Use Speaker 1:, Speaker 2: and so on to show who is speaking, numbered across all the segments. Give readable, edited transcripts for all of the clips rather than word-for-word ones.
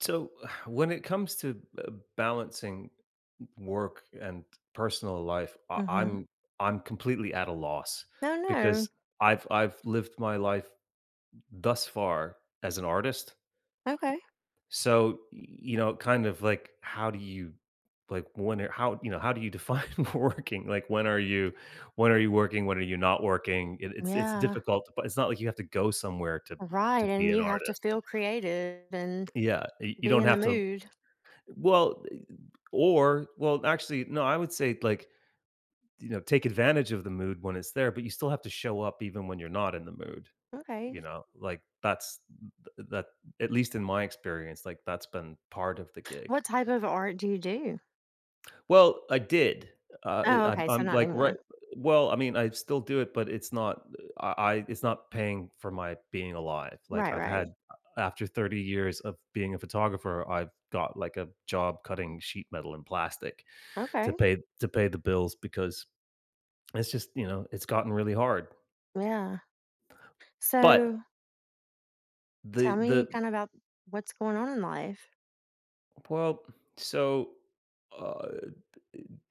Speaker 1: So, when it comes to balancing work and personal life, I-
Speaker 2: Mhm.
Speaker 1: I'm I'm completely at a loss
Speaker 2: No, no.
Speaker 1: because I've lived my life thus far as an artist.
Speaker 2: Okay.
Speaker 1: So, you know, kind of like, how do you, like, when are, how, you know, how do you define working? Like, when are you working? When are you not working? It's
Speaker 2: Yeah,
Speaker 1: difficult, but it's not like you have to go somewhere to
Speaker 2: right,
Speaker 1: be
Speaker 2: and
Speaker 1: an
Speaker 2: you have to
Speaker 1: artist.
Speaker 2: feel creative and
Speaker 1: Yeah, you
Speaker 2: be
Speaker 1: don't
Speaker 2: in the
Speaker 1: have to.
Speaker 2: mood.
Speaker 1: Well, eh, or well, actually, no, I would say, like, you know, take advantage of the mood when it's there, but you still have to show up even when you're not in the mood,
Speaker 2: Okay.
Speaker 1: you know? Like, that's th that, at least in my experience, like, that's been part of the gig.
Speaker 2: What type of art do you do?
Speaker 1: Well, I did.
Speaker 2: Oh,
Speaker 1: I'm
Speaker 2: okay, so
Speaker 1: I'm,
Speaker 2: not
Speaker 1: like, right.
Speaker 2: anymore.
Speaker 1: Well, I mean, I still do it, but it's not— I I it's not paying for my being alive. Like,
Speaker 2: Right,
Speaker 1: I've
Speaker 2: right.
Speaker 1: had, after 30 years of being a photographer, I've got, like, a job cutting sheet metal and plastic to
Speaker 2: Okay.
Speaker 1: pay to pay the bills because it's just, you know, it's gotten really hard.
Speaker 2: Yeah. So
Speaker 1: But
Speaker 2: tell me
Speaker 1: the
Speaker 2: kind of about what's going on in life.
Speaker 1: well, so, uh,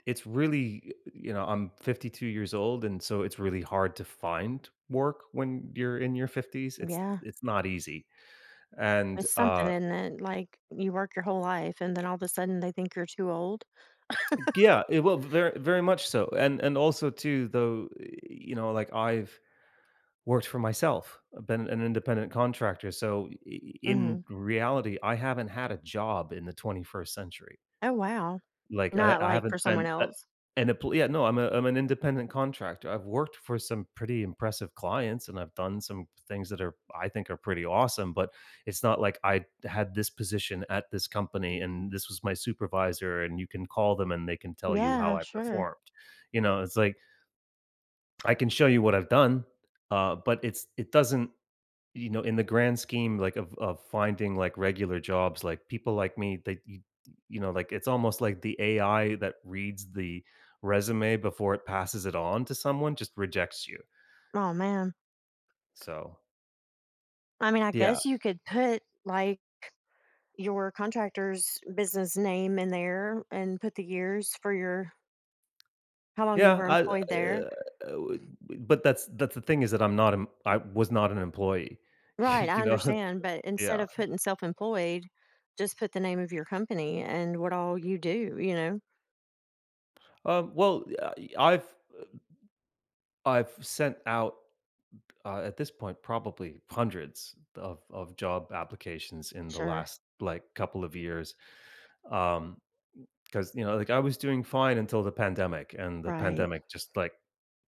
Speaker 1: it's really, you know, I'm 52 years old, and so it's really hard to find work when you're in your 50s. It's
Speaker 2: Yeah.
Speaker 1: it's not easy, and,
Speaker 2: It's something, isn't it? Like you work your whole life and then all of a sudden they think you're too old.
Speaker 1: yeah, well, very, very much so, and also too, though, you know, like, I've worked for myself. I've been an independent contractor. So, in
Speaker 2: Mhm.
Speaker 1: reality, I haven't had a job in the 21st century.
Speaker 2: Oh, wow.
Speaker 1: Like, I,
Speaker 2: Not
Speaker 1: I
Speaker 2: like
Speaker 1: haven't
Speaker 2: for someone
Speaker 1: been
Speaker 2: else.
Speaker 1: yeah, no, I'm an independent contractor. I've worked for some pretty impressive clients, and I've done some things that are, I think, are pretty awesome, but it's not like I had this position at this company, and this was my supervisor, and you can call them, and they can tell you how
Speaker 2: Yeah,
Speaker 1: I
Speaker 2: sure.
Speaker 1: performed. You know, it's like, I can show you what I've done, but it doesn't, you know, in the grand scheme, like, of finding, like, regular jobs, like, people like me, they you know, like, it's almost like the AI that reads the resume before it passes it on to someone just rejects you.
Speaker 2: Oh, man.
Speaker 1: So,
Speaker 2: I mean, I
Speaker 1: yeah.
Speaker 2: guess you could put like your contractor's business name in there and put the years for your how long you
Speaker 1: Yeah,
Speaker 2: were
Speaker 1: I,
Speaker 2: employed there.
Speaker 1: would, but that's the thing, is that I'm not— I was not an employee,
Speaker 2: Right, I
Speaker 1: you know?
Speaker 2: understand, but instead
Speaker 1: Yeah.
Speaker 2: of putting self-employed, just put the name of your company and what all you do, you know?
Speaker 1: Well, I've sent out, at this point, probably hundreds of job applications in the
Speaker 2: Sure.
Speaker 1: last, like, couple of years. Um, because, you know, like, I was doing fine until the pandemic, and the
Speaker 2: Right.
Speaker 1: pandemic just, like,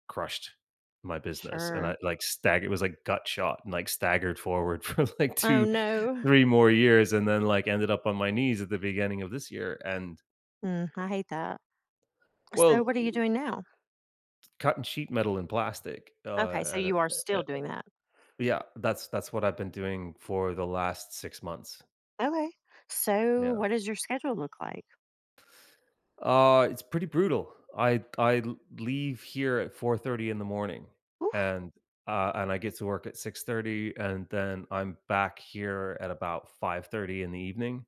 Speaker 1: crushed my business, and I,
Speaker 2: Sure.
Speaker 1: like, stag. It was like gut shot and, like, staggered forward for, like,
Speaker 2: Oh,
Speaker 1: two,
Speaker 2: no.
Speaker 1: three more years, and then, like, ended up on my knees at the beginning of this year, and—
Speaker 2: Mm, I hate that. So
Speaker 1: Well,
Speaker 2: what are you doing now?
Speaker 1: cutting sheet metal and plastic,
Speaker 2: Okay, so you are still doing that.
Speaker 1: yeah, that's what I've been doing for the last 6 months.
Speaker 2: Okay. So
Speaker 1: Yeah.
Speaker 2: what does your schedule look like?
Speaker 1: It's pretty brutal. I leave here at 4:30 in the morning,
Speaker 2: Oof.
Speaker 1: and and I get to work at 6:30, and then I'm back here at about 5:30 in the evening.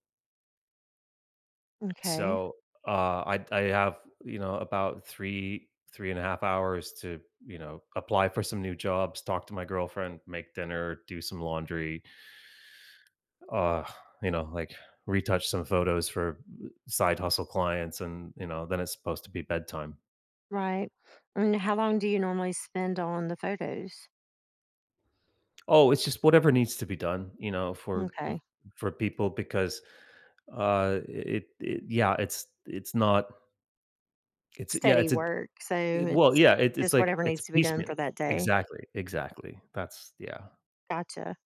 Speaker 2: Okay.
Speaker 1: So, I have, you know, about 3.5 hours to, you know, apply for some new jobs, talk to my girlfriend, make dinner, do some laundry, uh, you know, like, retouch some photos for, side hustle clients, and, you know, then it's supposed to be bedtime.
Speaker 2: Right. And how long do you normally spend on the photos?
Speaker 1: Oh, it's just whatever needs to be done, you know, for
Speaker 2: Okay.
Speaker 1: people, because, it it yeah, it's not it's yeah,
Speaker 2: Study
Speaker 1: it's a—
Speaker 2: work, so
Speaker 1: well,
Speaker 2: it's
Speaker 1: yeah, it's
Speaker 2: just
Speaker 1: like,
Speaker 2: whatever
Speaker 1: it's
Speaker 2: needs to be done
Speaker 1: piecemeal.
Speaker 2: for that day.
Speaker 1: Exactly, exactly. That's, yeah.
Speaker 2: Gotcha.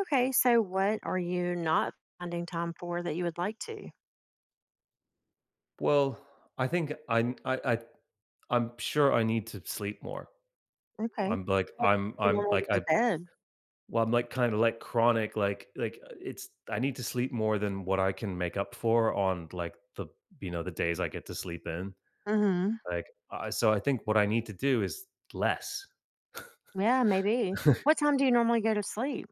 Speaker 2: Okay, so what are you not finding time for that you would like to?
Speaker 1: Well, I think— I'm sure I need to sleep more.
Speaker 2: Okay. What do you
Speaker 1: I'm
Speaker 2: normally
Speaker 1: like
Speaker 2: get to
Speaker 1: I
Speaker 2: bed?
Speaker 1: well, I'm, like, kinda, like, chronic, like, it's I need to sleep more than what I can make up for on, like, the, you know, the days I get to sleep in.
Speaker 2: Mhm.
Speaker 1: Like, so I think what I need to do is less.
Speaker 2: Yeah, maybe. What time do you normally go to sleep?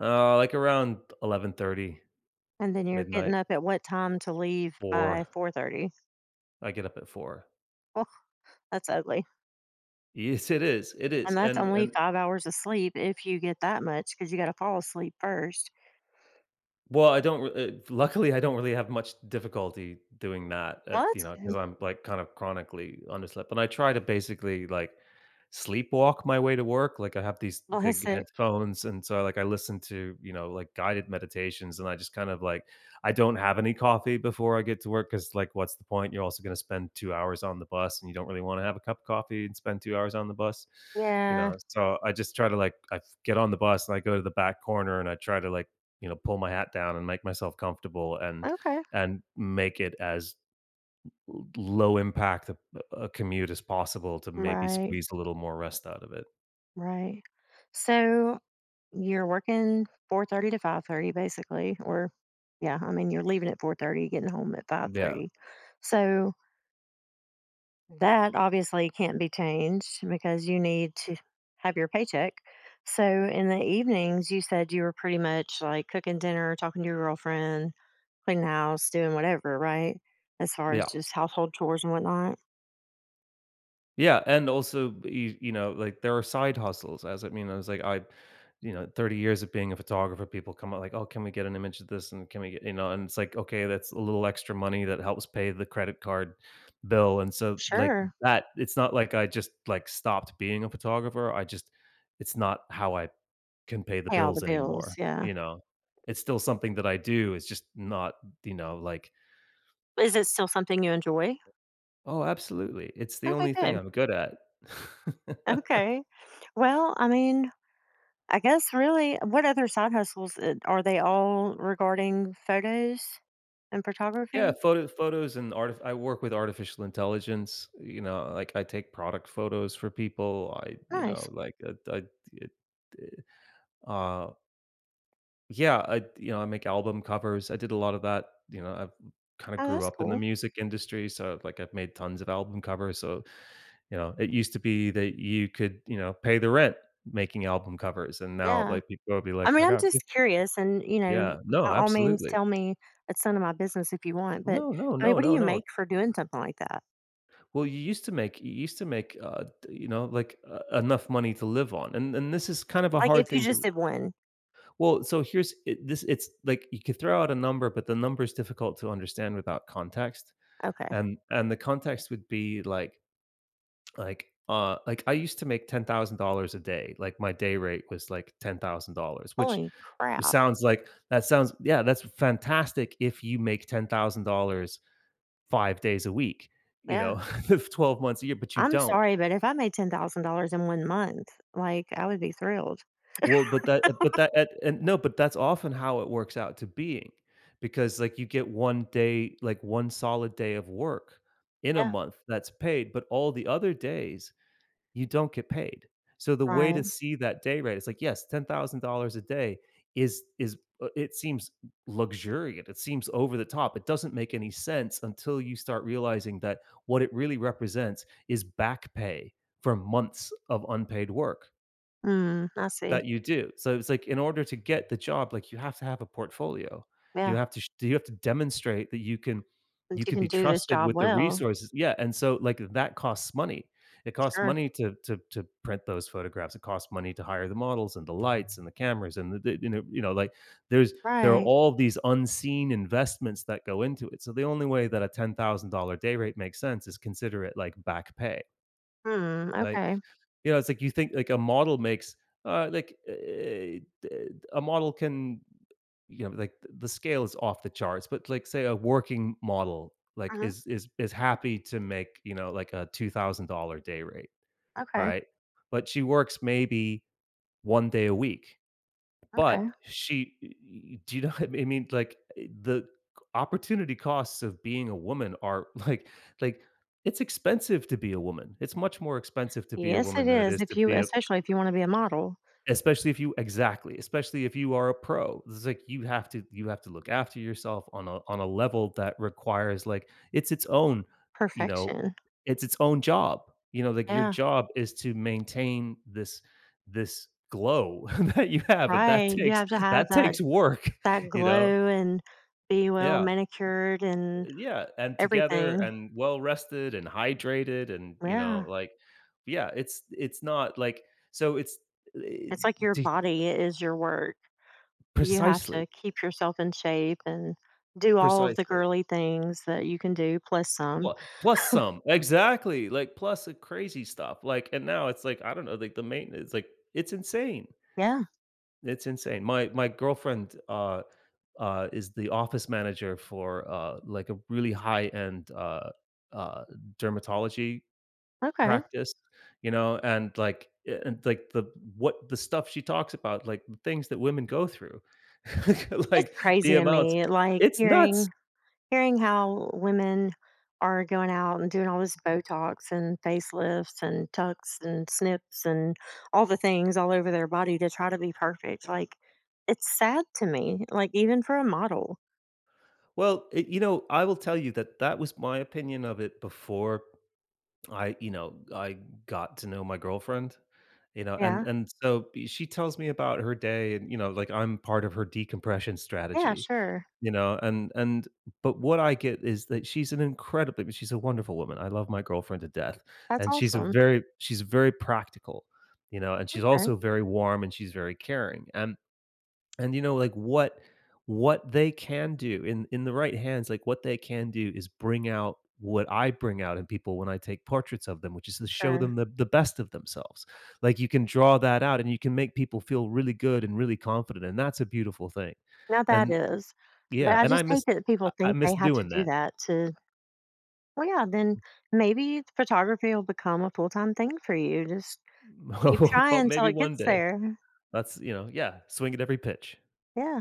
Speaker 1: Like, around 11:30,
Speaker 2: And then you're getting
Speaker 1: midnight,
Speaker 2: up at what time to leave by
Speaker 1: 4.
Speaker 2: 4:30?
Speaker 1: I get up at 4.
Speaker 2: Oh, that's ugly.
Speaker 1: Yes, it is. It
Speaker 2: And
Speaker 1: is.
Speaker 2: that's
Speaker 1: And
Speaker 2: only
Speaker 1: and
Speaker 2: 5 hours of sleep if you get that much because you gotta fall asleep first.
Speaker 1: well, I don't— re luckily, I don't really have much difficulty doing that at,
Speaker 2: Well,
Speaker 1: you
Speaker 2: that's
Speaker 1: know, because 'cause
Speaker 2: good.
Speaker 1: I'm, like, kind of chronically underslept, and I try to basically, like, sleepwalk my way to work. Like, I have these
Speaker 2: Bless
Speaker 1: big
Speaker 2: it.
Speaker 1: headphones, and so, like, I listen to, you know, like, guided meditations, and I just kind of, like— I don't have any coffee before I get to work because, like, what's the point? You're also gonna spend 2 hours on the bus, and you don't really wanna have a cup of coffee and spend 2 hours on the bus, you
Speaker 2: Yeah.
Speaker 1: know? So, I just try to, like— I get on the bus, and I go to the back corner, and I try to, like, you know, pull my hat down and make myself comfortable, and
Speaker 2: Okay.
Speaker 1: make it as l low impact a commute as possible to maybe
Speaker 2: Right.
Speaker 1: squeeze a little more rest out of it.
Speaker 2: Right. So you're working 4:30 to 5:30 basically, or yeah, I mean you're leaving at 4:30, getting home at
Speaker 1: Yeah.
Speaker 2: 5:30. So that obviously can't be changed because you need to have your paycheck. So in the evenings you said you were pretty much like cooking dinner, talking to your girlfriend, cleaning the house, doing whatever, right? As far as
Speaker 1: Yeah.
Speaker 2: just household chores and whatnot.
Speaker 1: Yeah, and also, you know, like, there are side hustles, as— I mean, I was like, I, you know, 30 years of being a photographer, people come out, like, "Oh, can we get an image of this?" and, "Can we get," you know, and it's like, "Okay, that's a little extra money that helps pay the credit card bill," and so, like,
Speaker 2: Sure.
Speaker 1: that it's not like I just, like, stopped being a photographer. I just— it's not how I can pay the
Speaker 2: Pay all the
Speaker 1: bills
Speaker 2: bills,
Speaker 1: anymore,
Speaker 2: yeah.
Speaker 1: you know? It's still something that I do, it's just not, you know, like—
Speaker 2: Is it still something you enjoy?
Speaker 1: "Oh, absolutely, it's the
Speaker 2: Okay,
Speaker 1: only thing
Speaker 2: good.
Speaker 1: I'm good at."
Speaker 2: Okay. Well, I mean, I guess really, what other side hustles are they all regarding photos and
Speaker 1: Yeah,
Speaker 2: photography?
Speaker 1: photos and art. I work with artificial intelligence, you know, like, I take product photos for people, I, you
Speaker 2: Nice.
Speaker 1: know, like, I it uh, yeah, I, you know, I make album covers, I did a lot of that, you know, I've kinda
Speaker 2: Oh,
Speaker 1: grew
Speaker 2: that's
Speaker 1: up in the
Speaker 2: cool.
Speaker 1: music industry, so, like, I've made tons of album covers, so, you know, it used to be that you could, you know, pay the rent making album covers, and now,
Speaker 2: Yeah.
Speaker 1: like, people will be
Speaker 2: I
Speaker 1: like,
Speaker 2: mean,
Speaker 1: "I
Speaker 2: I'm
Speaker 1: got fif—"
Speaker 2: just curious, and you know,
Speaker 1: Yeah,
Speaker 2: by
Speaker 1: no,
Speaker 2: all means,
Speaker 1: absolutely.
Speaker 2: tell me it's none of my business if you want. But
Speaker 1: No, no,
Speaker 2: I mean,
Speaker 1: no,
Speaker 2: what do
Speaker 1: no,
Speaker 2: you
Speaker 1: no.
Speaker 2: make for doing something like that?
Speaker 1: Well, you used to make, d you know, like, enough money to live on, and this is kind of a
Speaker 2: Like,
Speaker 1: hard
Speaker 2: if you
Speaker 1: thing
Speaker 2: just
Speaker 1: to—
Speaker 2: did one,
Speaker 1: well, so, here's it this it's like, you could throw out a number, but the number is difficult to understand without context,
Speaker 2: okay.
Speaker 1: and the context would be like— like, I used to make $10,000 a day, like, my day rate was, like, $10,000, which—
Speaker 2: Holy crap!
Speaker 1: sounds like that sounds— yeah, that's fantastic if you make $10,000 5 days a week, you
Speaker 2: Yeah.
Speaker 1: know, 12 months a year, but you
Speaker 2: I'm
Speaker 1: don't.
Speaker 2: sorry, but if I made $10,000 in one month, like, I would be thrilled.
Speaker 1: Well, but that, and no, but that's often how it works out to being, because, like, you get 1 day, like, 1 solid day of work in a
Speaker 2: Yeah.
Speaker 1: month that's paid, but all the other days, you don't get paid. So, the way
Speaker 2: Right.
Speaker 1: to see that day rate is, like, yes, $10,000 a day is, it seems luxuriant, it seems over the top, it doesn't make any sense until you start realizing that what it really represents is back pay for months of unpaid work.
Speaker 2: Mm, I see.
Speaker 1: That you do. So it's like, in order to get the job, like, you have to have a portfolio. You
Speaker 2: Yeah.
Speaker 1: have to— sh you have to demonstrate that—
Speaker 2: That
Speaker 1: you
Speaker 2: you
Speaker 1: can
Speaker 2: can
Speaker 1: be
Speaker 2: do this
Speaker 1: trusted
Speaker 2: job
Speaker 1: with the
Speaker 2: well.
Speaker 1: resources. Yeah, and so, like, that costs money. It costs
Speaker 2: Sure.
Speaker 1: money to print those photographs. It costs money to hire the models and the lights and the cameras and the you know like, there's there are
Speaker 2: Right.
Speaker 1: all these unseen investments that go into it. So the only way that a $10,000 day rate makes sense is— consider it like back pay,
Speaker 2: Hmm,
Speaker 1: right?
Speaker 2: okay.
Speaker 1: You know, it's like, you think, like, a model makes, uh, like uh, d- a model can, you know, like— the scale is off the charts, but, like, say a working model, like,
Speaker 2: Mhm.
Speaker 1: is happy to make, you know, like, a $2,000 day rate,
Speaker 2: Okay,
Speaker 1: right, but she works maybe one day a week,
Speaker 2: okay.
Speaker 1: but she— do you know what I mean, like, the opportunity costs of being a woman are like— like it's expensive to be a woman, it's much more expensive to be a
Speaker 2: Yes, it
Speaker 1: woman than it
Speaker 2: is,
Speaker 1: is
Speaker 2: if
Speaker 1: to
Speaker 2: you
Speaker 1: be a—
Speaker 2: especially if you wanna be a model.
Speaker 1: Especially if you exactly, especially if you are a pro. It's like, you have to— look after yourself on a— level that requires, like— it's its own, you know,
Speaker 2: Perfection.
Speaker 1: it's its own job. You know, like, your
Speaker 2: Yeah,
Speaker 1: job is to maintain this— glow that you have, and that
Speaker 2: right, you
Speaker 1: takes—
Speaker 2: have to have that
Speaker 1: work,
Speaker 2: that
Speaker 1: you know?
Speaker 2: glow and be well
Speaker 1: Yeah.
Speaker 2: manicured and
Speaker 1: Yeah, and together
Speaker 2: everything.
Speaker 1: and well rested and hydrated and, you know,
Speaker 2: Yeah.
Speaker 1: like— yeah, it's not like, so it's, eh, eh,
Speaker 2: It's like your
Speaker 1: d
Speaker 2: body is your work. You have
Speaker 1: precisely.
Speaker 2: to keep yourself in shape and do all of the
Speaker 1: Precisely.
Speaker 2: girly things that you can do, plus some.
Speaker 1: Well, plus some. Exactly, like, plus the crazy stuff, like, and now it's like, I don't know, like, the maintenance, like, it's insane.
Speaker 2: Yeah,
Speaker 1: It's insane. My girlfriend, is the office manager for, like, a really high-end, uh, dermatology
Speaker 2: okay.
Speaker 1: practice, you know, and, like, and, like, the what the stuff she talks about, like, the things that women go through,
Speaker 2: It's
Speaker 1: like,
Speaker 2: crazy
Speaker 1: the
Speaker 2: to
Speaker 1: amounts—
Speaker 2: me, like,
Speaker 1: it's nuts.
Speaker 2: hearing how women are going out and doing all this Botox and facelifts and tucks and snips and all the things all over their body to try to be perfect. Like, it's sad to me, like, even for a model.
Speaker 1: Well, you know, I will tell you that that was my opinion of it before I, you know, I got to know my girlfriend, you know, and
Speaker 2: Yeah.
Speaker 1: so, she tells me about her day, and, you know, like, I'm part of her decompression
Speaker 2: Yeah,
Speaker 1: strategy,
Speaker 2: sure.
Speaker 1: you know, and but what I get is that she's an incredibly she's a wonderful woman. I love my girlfriend to death,
Speaker 2: That's
Speaker 1: and she's a
Speaker 2: awesome.
Speaker 1: very she's very practical, you know, and she's
Speaker 2: Okay.
Speaker 1: also very warm, and she's very caring. And you know, like, what they can do in the right hands, like, what they can do is bring out what I bring out in people when I take portraits of them, which is to show
Speaker 2: Sure.
Speaker 1: them the best of themselves. Like, you can draw that out, and you can make people feel really good and really confident. And that's a beautiful thing.
Speaker 2: Now that
Speaker 1: And
Speaker 2: is. But
Speaker 1: yeah,
Speaker 2: I
Speaker 1: and I
Speaker 2: just hate
Speaker 1: miss
Speaker 2: that people
Speaker 1: I I
Speaker 2: think they
Speaker 1: miss
Speaker 2: have to
Speaker 1: doing
Speaker 2: do
Speaker 1: that.
Speaker 2: that to, well, yeah, then maybe photography will become a full time thing for you. Just keep trying
Speaker 1: Well,
Speaker 2: until
Speaker 1: maybe
Speaker 2: it
Speaker 1: one
Speaker 2: gets
Speaker 1: day.
Speaker 2: there.
Speaker 1: That's You know, yeah, swing at every pitch.
Speaker 2: Yeah.